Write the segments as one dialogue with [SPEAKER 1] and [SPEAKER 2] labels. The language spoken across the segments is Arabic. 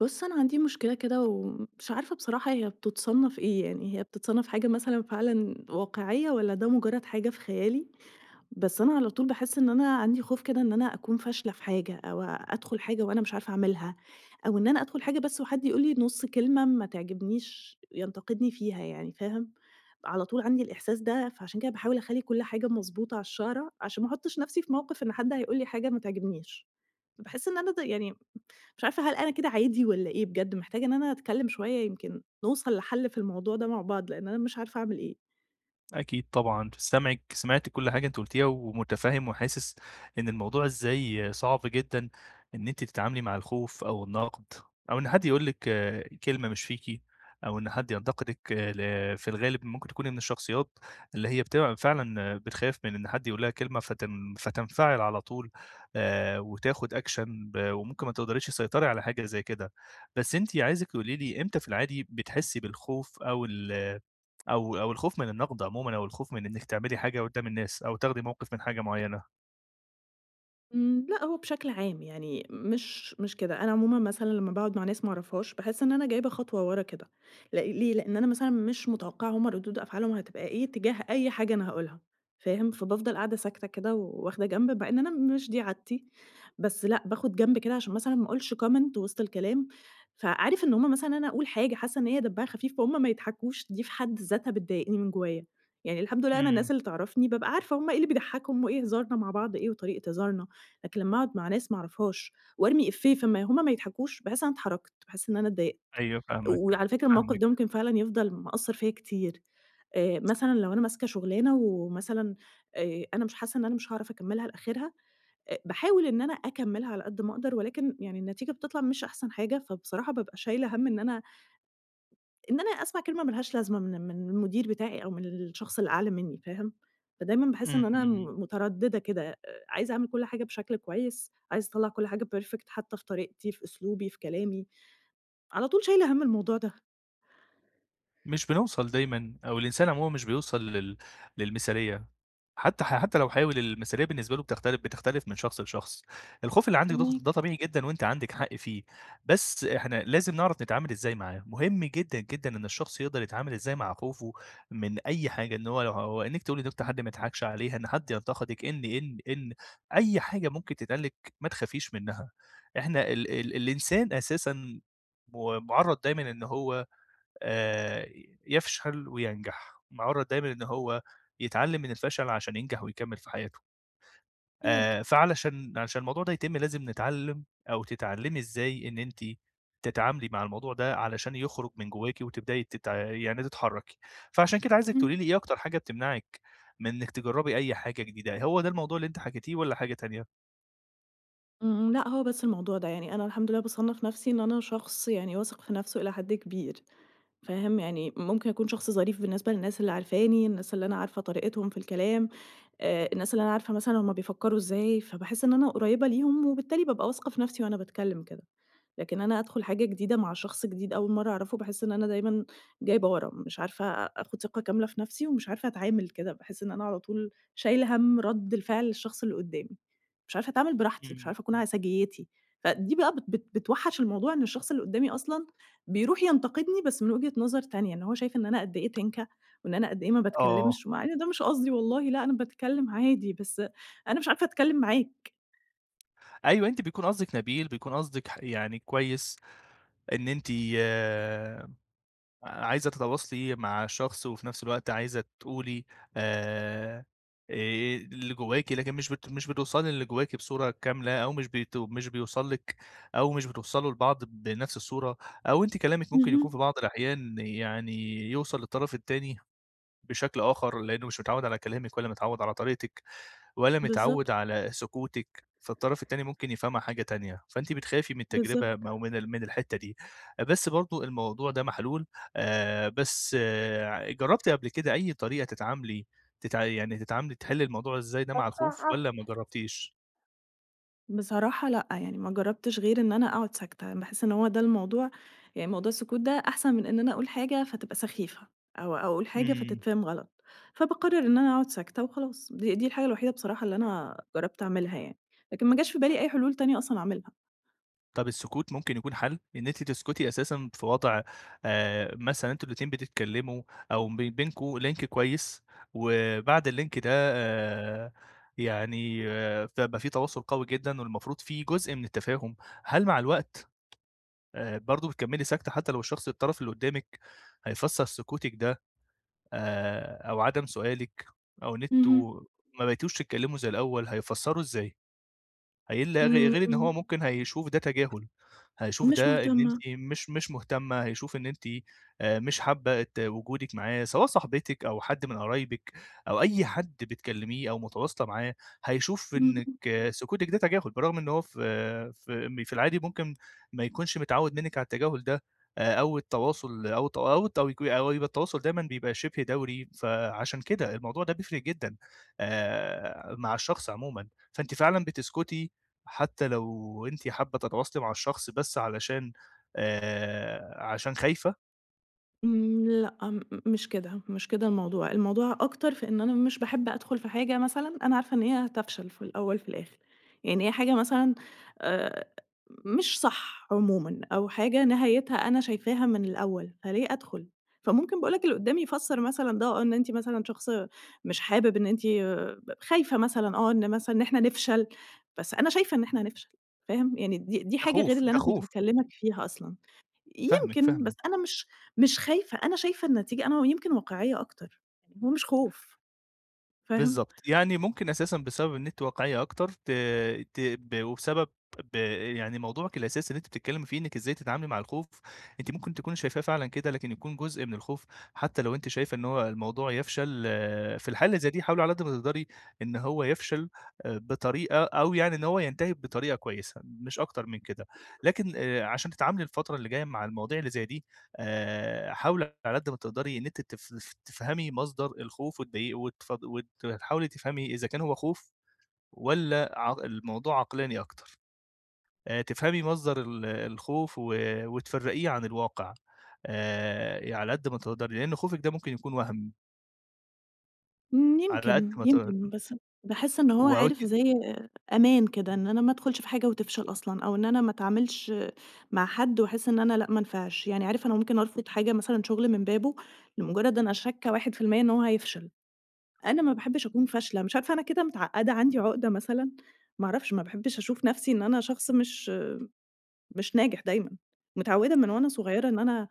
[SPEAKER 1] بُص، أنا عندي مشكلة كده ومش عارفة بصراحة هي بتتصنّف إيه، يعني هي بتتصنّف حاجة مثلًا فعلًا واقعية والّا ده مجرّد حاجة في خيالي، بس أنا على طول باحس إن أنا عندي خوف كده إن أنا أكون فاشلة في حاجة أو أدخل حاجة وأنا مش عارفة أعملها، أو إن أنا أدخل حاجة بس وحد يقول لي نُص كلمة ما تعجبنيش ينتقدني فيها يعني فاهم، على طول عندي الإحساس ده، فعشان كده باحاول أخلّي كل حاجة مضبوطة على الشَعرة عشان ما أحُطّش نَفْسي في موقِف إن حد هيقول لي حاجة ما تعجبنيش، باحس إن أنا يعني مش عارفة هل أنا كده عادي والّا إيه بجد؟ محتاجة إن أنا أتكلّم شوية يمكن نوصل لحل في الموضوع ده مع بعض، لإن أنا مش عارفة أعمل إيه.
[SPEAKER 2] أكيد طبعًا، سامعِك سمعت كل حاجة أنتِ قُلتيها ومُتفهِّم وحاسس إن الموضوع إزاي صعب جدًا إن أنتِ تتعاملي مع الخوف أو النقد أو إن حد يقول لِك كلمة مش فيكِ أو إن حد ينتقدِك آه، في الغالب ممكن تكوني من الشخصيات اللي هي بتبقى فعلًا آه، بتخاف من إن حد يقول لها كلمة فتنفعل على طول وتاخُد action وممكن ما تقدريش تسيطري على حاجة زي كده. بس أنتِ عايزِك تقولي لي إمتى في العادي بتحسّي بالخوف أو ال أو أو الخوف من النقد عمومًا أو الخوف من إنِّك تعملي حاجة قدّام الناس أو تاخدي موقف من حاجة معيّنة.
[SPEAKER 1] لأ هو بشكل عام يعني مش كده، أنا عمومًا مثلًا لمّا باقعد مع ناس ما أعرفهاش باحس إن أنا جايبة خطوة ورا كده، لأ ليه؟ لإن أنا مثلًا مش متوقعة هُم ردود أفعالهم هتبقى إيه تجاه أي حاجة أنا هاقولها، فاهم؟ فبافضل قاعدة ساكتة كده وواخدة جنب مع إن أنا مش دي عادتي، بس لأ باخد جنب كده عشان مثلًا ما أقولش comment وسط الكلام، فعارف إن هُم مثلًا أنا أقول حاجة حاسة إن هي دمها خفيف فهُم ما يضحكوش دي في حد ذاتها بتضايقني من جوايا، يعني الحمد لله أنا
[SPEAKER 2] إمم.
[SPEAKER 1] الناس اللي تعرفني بابقى عارفة هُم إيه اللي بيضحكهم وإيه هزارنا مع بعض إيه وطريقة هزارنا. لكن لمّا أقعد مع ناس ما أعرفهاش وأرمي إيفيه فما هُم ما يضحكوش، باحس إن أنا اتحرجت، باحس إن أنا اتضايقت.
[SPEAKER 2] أيوه فاهمك،
[SPEAKER 1] وعلى فكرة الموقف ده
[SPEAKER 2] فاهمِك.
[SPEAKER 1] ممكن فعلًا يفضل مأثّر فيّا كتير. مثلًا لو أنا ماسكة شغلانة ومثلًا أنا مش حاسة إن أنا مش هاعرف أكمّلها لآخرها، باحاول إن أنا أكمّلها على قد ما أقدر ولكن يعني النتيجة بتطلع مش أحسن حاجة، فبصراحة بابقى شايلة هَم إن أنا أسمع كلمة ما لهاش لازمة من المدير بتاعي أو من الشخص اللي أعلى منّي، فاهم؟ فدايمًا باحس إن أنا م
[SPEAKER 2] إمم.
[SPEAKER 1] مترددة كده، عايزة أعمل كل حاجة بشكل كويس، عايزة أطلّع كل حاجة perfect حتى في طريقتي، في أسلوبي، في كلامي، على طول شايلة هَم الموضوع ده،
[SPEAKER 2] مش بنوصل دايمًا، أو الإنسان عمومًا مش بيوصل للمثالية، حتى حتى لو حاول المثالية بالنسبة له بتختلف من شخص لشخص، الخوف اللي عندِك ده
[SPEAKER 1] فاهماك،
[SPEAKER 2] طبيعي جدًا وأنتِ عندِك حق فيه، بس إحنا لازم نعرف نتعامل إزاي معاه، مهم جدًا، جدًا إن الشخص يقدر يتعامل إزاي مع خوفه من أي حاجة، إن هو إنِّك تقولي نكتة حد ما يضحكش عليها، إن حد ينتقدِك، إن أي حاجة ممكن تتقال لِك ما تخافيش منها، إحنا ال ال الإنسان أساسًا مُعرّض دايمًا إن هو آآ يفشل وينجح، معرّض دايمًا إن هو يتعلّم من الفشل عشان ينجح ويكمّل في حياته.
[SPEAKER 1] أكيد.
[SPEAKER 2] فعلشان عشان الموضوع ده يتم لازم نتعلّم أو تتعلّمي إزاي إن أنتِ تتعاملي مع الموضوع ده علشان يخرج من جواكِ وتبدئي تت يعني تتحرّكي. فعشان كده عايزِك تقولي
[SPEAKER 1] اهم.
[SPEAKER 2] لي إيه أكتر حاجة بتمنعِك من إنِّك تجرّبي أي حاجة جديدة، هو ده الموضوع اللي أنتِ حكيتيه والّا حاجة تانية؟
[SPEAKER 1] لأ هو بس الموضوع ده، يعني أنا الحمد لله باصنّف نفْسي إن أنا شخص يعني واثق في نفْسه إلى حد كبير، فاهم؟ يعني ممكن أكون شخص ظريف بالنسبة للناس اللي عارفاني، الناس اللي أنا عارفة طريقتهم في الكلام، الناس اللي أنا عارفة مثلًا هُم بيفكّروا إزاي، فباحس إن أنا قريّبة ليهم وبالتالي بابقى واثقة في نَفْسي وأنا باتكلّم كده. لكن أنا أدخل حاجة جديدة مع شخص جديد أول مرّة أعرفه، باحس إن أنا دايمًا جايبة ورا، مش عارفة آخد ثقة كاملة في نفسي ومش عارفة أتعامل كده، باحس إن أنا على طول شايلة هَم رَد الفعل الشخص اللي قدّامي، مش عارفة أتعامل براحتي، مش
[SPEAKER 2] إمم.
[SPEAKER 1] عارفة أكون على سجيتي، فدي بقى بت بت بتوحّش الموضوع إن الشخص اللي قدّامي أصلًا بيروح ينتقدني بس من وجهة نظر تانية، إن هو شايف إن أنا قد إيه تِنكة وإن أنا قد إيه ما
[SPEAKER 2] آه.
[SPEAKER 1] باتكلّمش، مع إن ده مش قصدي والله، لأ أنا باتكلّم عادي، بس أنا مش عارفة أتكلّم معاك.
[SPEAKER 2] أيوه، أنتِ بيكون قصدِك نبيل، بيكون قصدِك يعني كويس إن أنتِ آه، عايزة تتواصلي مع شخص وفي نفس الوقت عايزة تقولي آآ آآ اللي جواكِ، لكن مش بتوصلي للي جواكِ بصورة كاملة أو مش بيوصل لِك أو مش بتوصلوا لبعض بنفس الصورة، أو أنتِ كلامِك ممكن
[SPEAKER 1] اهم.
[SPEAKER 2] يكون في بعض الأحيان يعني يوصل للطرف التاني بشكل آخر لإنه مش متعوّد على كلامِك ولا متعوّد على طريقتِك. ولا
[SPEAKER 1] بالضبط،
[SPEAKER 2] متعوّد على سكوتِك، فالطرف التاني ممكن يفهمها حاجة تانية، فأنتِ بتخافي من التجربة
[SPEAKER 1] بالضبط.
[SPEAKER 2] م أو من ال من الحتّة دي. بس برضه الموضوع ده محلول بس جرّبتِ قبل كده أي طريقة تتعاملي تتع يعني تتعاملي تحلّي الموضوع إزاي ده مع الخوف والّا ما جرّبتيش؟
[SPEAKER 1] بصراحة لأ، يعني ما جرّبتش غير إن أنا أقعد ساكتة، باحس إن هو ده الموضوع يعني موضوع السكوت ده أحسن من إن أنا أقول حاجة فتبقى سخيفة، أو أقول حاجة
[SPEAKER 2] إمم.
[SPEAKER 1] فتتفهم غلط، فباقرر إن أنا أقعد ساكتة وخلاص، دي الحاجة الوحيدة بصراحة اللي أنا جرّبت أعملها يعني، لكن ما جاش في بالي أي حلول تانية أصلًا أعملها.
[SPEAKER 2] طب السكوت ممكن يكون حل؟ إن أنتِ تسكتي أساسًا في وضع مثلًا أنتم الاتنين بتتكلموا أو بينكم link كويس، وبعد الlink ده فبقى في تواصل قوي جدًا والمفروض في جزء من التفاهم، هل مع الوقت برضه بتكمّلي ساكتة حتى لو الشخص الطرف اللي قدّامِك هيفسّر سكوتِك ده أو عدم سؤالِك أو إن أنتم
[SPEAKER 1] اهم،
[SPEAKER 2] ما بقيتوش تتكلموا زي الأول هيفسّروا إزاي؟ هي إلا غي غير إن هو
[SPEAKER 1] إمم،
[SPEAKER 2] ممكن هيشوف ده تجاهل، هيشوف
[SPEAKER 1] مش
[SPEAKER 2] ده إن أنتِ
[SPEAKER 1] مهتمة،
[SPEAKER 2] مش مهتمة، هيشوف إن أنتِ مش حابة وجودِك معاه، سواء صاحبتِك أو حد من قرايبِك أو أي حد بتكلميه أو متواصلة معاه، هيشوف إنِك
[SPEAKER 1] اهم.
[SPEAKER 2] آه، سكوتِك ده تجاهل، بالرغم إن هو في آه، في م في العادي ممكن ما يكونش متعود منِك على التجاهل ده، أو التواصل أو الت أو الت أو يكون- أو يبقى التواصل دايمًا بيبقى شبه دوري، فعشان كده الموضوع ده بيفرق جدًا مع الشخص عمومًا، فأنتِ فعلًا بتسكتي حتى لو أنتِ حابة تتواصلي مع الشخص بس علشان عشان خايفة،
[SPEAKER 1] إمم، لأ، مش كده، مش كده الموضوع، الموضوع أكتر في إن أنا مش باحب أدخل في حاجة مثلًا أنا عارفة إن هي هتفشل في الأول في الآخر، يعني هي حاجة مثلًا آآ، مش صح عمومًا أو حاجة نهايتها أنا شايفاها من الأول، فليه أدخل؟ فممكن باقول لك اللي قدّامي يفسّر مثلًا ده إن أنتِ مثلًا شخص مش حابب إن أنتِ خايفة مثلًا إن مثلًا إن إحنا نفشل، بس أنا شايفة إن إحنا هنفشل، فاهم؟ يعني دي
[SPEAKER 2] ده
[SPEAKER 1] حاجة
[SPEAKER 2] خوف،
[SPEAKER 1] غير اللي
[SPEAKER 2] ده
[SPEAKER 1] أنا كنت
[SPEAKER 2] خوف،
[SPEAKER 1] باكلمك فيها أصلًا.
[SPEAKER 2] فاهمِك،
[SPEAKER 1] يمكن، بس
[SPEAKER 2] فاهمِك.
[SPEAKER 1] أنا مش خايفة، أنا شايفة النتيجة أنا يمكن واقعية أكتر، يعني هو مش خوف، فاهم؟
[SPEAKER 2] بالضبط، يعني ممكن أساسًا بسبب إن أنتِ واقعية أكتر ت ت ب وبسبب ب يعني موضوعِك الأساسي اللي أنتِ بتتكلمي فيه إنِّك إزاي تتعاملي مع الخوف، أنتِ ممكن تكوني شايفاه فعلًا كده، لكن يكون جزء من الخوف، حتى لو أنتِ شايفة إن هو الموضوع يفشل في الحالة اللي زي دي حاولي على قد ما تقدري إن هو يفشل بطريقة أو يعني إن هو ينتهي بطريقة كويسة، مش أكتر من كده، لكن عشان تتعاملي الفترة اللي جاية مع المواضيع اللي زي دي حاولي على قد ما تقدري إن أنتِ تفهمي مصدر الخوف والضيق وتفض وت وتحاولي تفهمي إذا كان هو خوف والّا الموضوع عقلاني أكتر. تفهمي مصدر الخوف وتفرّقيه عن الواقع. على قد ما تقدري، لإن خوفِك ده ممكن يكون وَهْم، على قد
[SPEAKER 1] يمكن،
[SPEAKER 2] ما
[SPEAKER 1] يمكن،
[SPEAKER 2] تقدري
[SPEAKER 1] بس باحس إن هو
[SPEAKER 2] وأوقات
[SPEAKER 1] عارف زي أمان كده، إن أنا ما أدخلش في حاجة وتفشل أصلًا، أو إن أنا ما أتعاملش مع حد وأحس إن أنا لأ ما أنفعش، يعني عارف أنا ممكن أرفض حاجة مثلًا شغل من بابه لمجرد أنا شاكة 1% إن هو هيفشل، أنا ما باحبش أكون فاشلة، مش عارفة أنا كده متعقدة، عندي عقدة مثلًا؟ ما أعرفش، ما باحبش أشوف نفسي إن أنا شخص مش ناجح دايمًا، متعوّدة من وأنا صغيرة إن أنا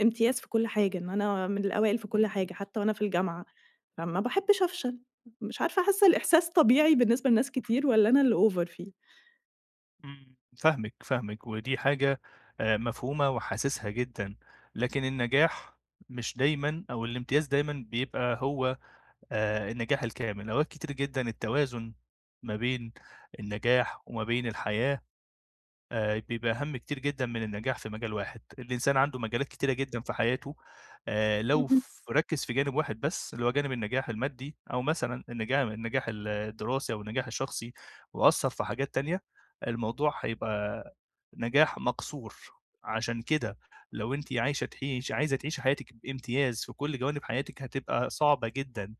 [SPEAKER 1] امتياز في كل حاجة، إن أنا من الأوائل في كل حاجة حتى وأنا في الجامعة، فما باحبش أفشل، مش عارفة حاسة الإحساس طبيعي بالنسبة لناس كتير والّا أنا اللي over فيه؟
[SPEAKER 2] إمم، فاهمِك، فاهمِك، ودي حاجة مفهومة وحاسسها جدًا، لكن النجاح مش دايمًا أو الامتياز دايمًا بيبقى هو النجاح الكامل، أوقات كتير جدًا التوازن ما بين النجاح وما بين الحياة بيبقى أهم كتير جدًا من النجاح في مجال واحد، الإنسان عنده مجالات كتيرة جدًا في حياته لو
[SPEAKER 1] اهم.
[SPEAKER 2] ركّز في جانب واحد بس اللي هو جانب النجاح المادي أو مثلًا النجاح النجاح ال الدراسي أو النجاح الشخصي وأثّر في حاجات تانية، الموضوع هيبقى نجاح مقصور، عشان كده لو أنتِ عايشة تعيش عايزة تعيشي حياتِك بامتياز في كل جوانب حياتِك هتبقى صعبة جدًا.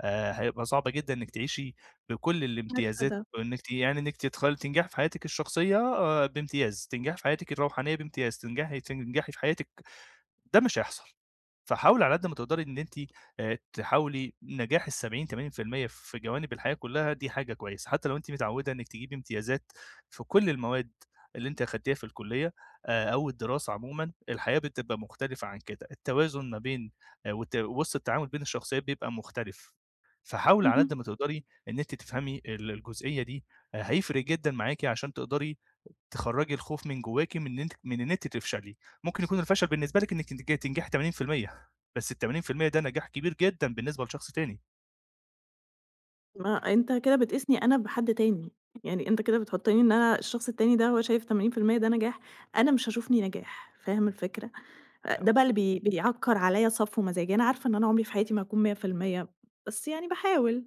[SPEAKER 2] هيبقى صعب جدًا إنِّك تعيشي بكل
[SPEAKER 1] عارفة
[SPEAKER 2] الامتيازات
[SPEAKER 1] ده.
[SPEAKER 2] وإنِّك ت يعني إنِّك تدخل تنجحي في حياتِك الشخصية بامتياز، تنجحي في حياتِك الروحانية بامتياز، تنجحي تنجحي في حياتِك ده مش هيحصل. فحاولي على قد ما تقدري إن أنتِ تحاولي نجاح ال70، 80% في المية في جوانب الحياة كلّها دي حاجة كويسة، حتى لو أنتِ متعوّدة إنِّك تجيبي امتيازات في كل المواد اللي أنتِ أخدتيها في الكلية أو الدراسة عمومًا، الحياة بتبقى مختلفة عن كده، التوازن ما بين والت بُصّي التعامل بين الشخصيات بيبقى مختلف، فحاولي على قد
[SPEAKER 1] اهم.
[SPEAKER 2] ما تقدري إن أنتِ تفهمي الجزئية دي، هيفرق جدًا معاكِ عشان تقدري تخرّجي الخوف من جواكِ من إن أنتِ تفشلي، ممكن يكون الفشل بالنسبة لِك إنِّك تنجحي 80% بس ال80% ده نجاح كبير جدًا بالنسبة لشخص تاني.
[SPEAKER 1] ما أنت كده بتقيسني أنا بحد تاني، يعني أنت كده بتحطّني إن أنا الشخص التاني ده هو شايف 80% ده نجاح، أنا مش هاشوفني نجاح، فاهم الفكرة؟ ده
[SPEAKER 2] آمم،
[SPEAKER 1] بقى اللي بيعكّر عليَّ صفو مزاجي، أنا عارفة إن أنا عمري في حياتي ما هاكون 100% بس يعني باحاول.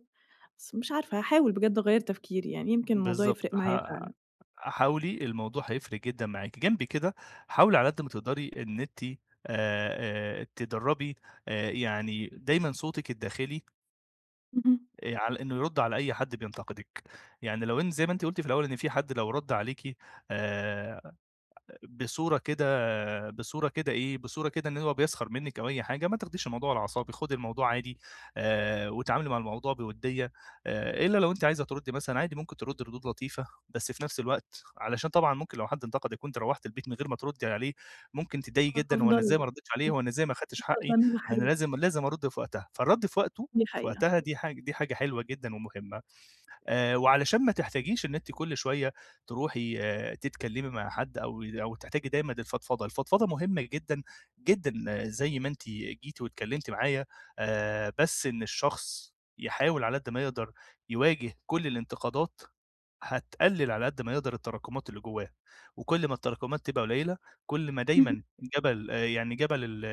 [SPEAKER 1] بس مش عارفة هاحاول بجد أغيّر تفكيري، يعني يمكن الموضوع
[SPEAKER 2] بالضبط،
[SPEAKER 1] يفرق معايا فعلًا.
[SPEAKER 2] حاولي الموضوع هيفرق جدًا معاكِ، جنب كده حاولي على قد ما تقدري إن أنتِ تدرّبي يعني دايمًا صوتِك الداخلي
[SPEAKER 1] اهم.
[SPEAKER 2] على إنه يرُد على أي حد بينتقدِك، يعني لو إن زي ما أنتِ قُلتِ في الأول إن في حد لو رَد عليكِ آآ بصورة كده إن هو بيسخر منِّك أو أي حاجة، ما تاخديش الموضوع على أعصابِك، خُدي الموضوع عادي واتعاملي مع الموضوع بوِدّية إلا لو أنتِ عايزة تردّي مثلًا عادي ممكن تردّي ردود لطيفة، بس في نفس الوقت علشان طبعًا ممكن لو حد انتقدِك وأنتِ روّحتِ البيت من غير ما تردّي عليه، ممكن تتضايقي
[SPEAKER 1] آه،
[SPEAKER 2] جدًا، هو أنا إزاي ما
[SPEAKER 1] هافضل
[SPEAKER 2] ردّيتش عليه، هو أنا إزاي ما خدتش حقّي،
[SPEAKER 1] قدّامي
[SPEAKER 2] أنا
[SPEAKER 1] محروق،
[SPEAKER 2] لازم لازم أرُد في وقتها، فالرَد
[SPEAKER 1] دي
[SPEAKER 2] في
[SPEAKER 1] حقيقة.
[SPEAKER 2] وقتها دي حاجة حلوة جدًا ومهمة. وعلشان ما تحتاجيش إن أنتِ كل شوية تروحي تتكلّمي مع حد أو تحتاجي دايمًا للفضفضة، الفضفضة مهمة جدًا، جدًا، زي ما أنتِ جيتِ واتكلّمتِ معايا بس إن الشخص يحاول على قد ما يقدر يواجه كل الانتقادات، هتقلّل على قد ما يقدر التراكمات اللي جوّاه، وكل ما التراكمات تبقى قليّلة، كل ما
[SPEAKER 1] اهم.
[SPEAKER 2] دايمًا جبل يعني جبل ال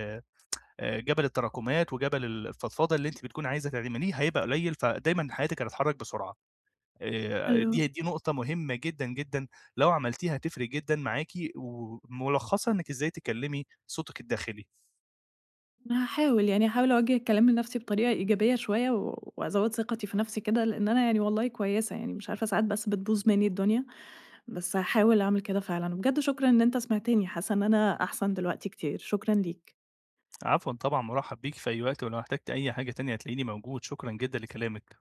[SPEAKER 2] جبل التراكمات وجبل الفضفضة اللي أنتِ بتكوني عايزة تعمليه هيبقى قليّل، فدايمًا حياتِك هتتحرّك بسرعة.
[SPEAKER 1] حلو،
[SPEAKER 2] دي نقطة مهمة جدًا، جدًا، لو عملتيها هتفرق جدًا معاكِ، وملخصها إنِّك إزاي تكلّمي صوتِك الداخلي.
[SPEAKER 1] أنا هاحاول يعني هاحاول أوجّه الكلام لنفسي بطريقة إيجابية شوية و وأزوّد ثقتي في نفسي كده، لإن أنا يعني والله كويسة يعني، مش عارفة ساعات بس بتبوظ مني الدنيا، بس هاحاول أعمل كده فعلًا. وبجد شكرًا إن أنت سمعتني، حاسة إن أنا أحسن دلوقتي كتير، شكرًا ليك.
[SPEAKER 2] عفوًا طبعًا، مُرحّب بيكِ في أي وقت، ولو احتجتِ أي حاجة تانية هتلاقيني موجود، شكرًا جدًا لكلامِك.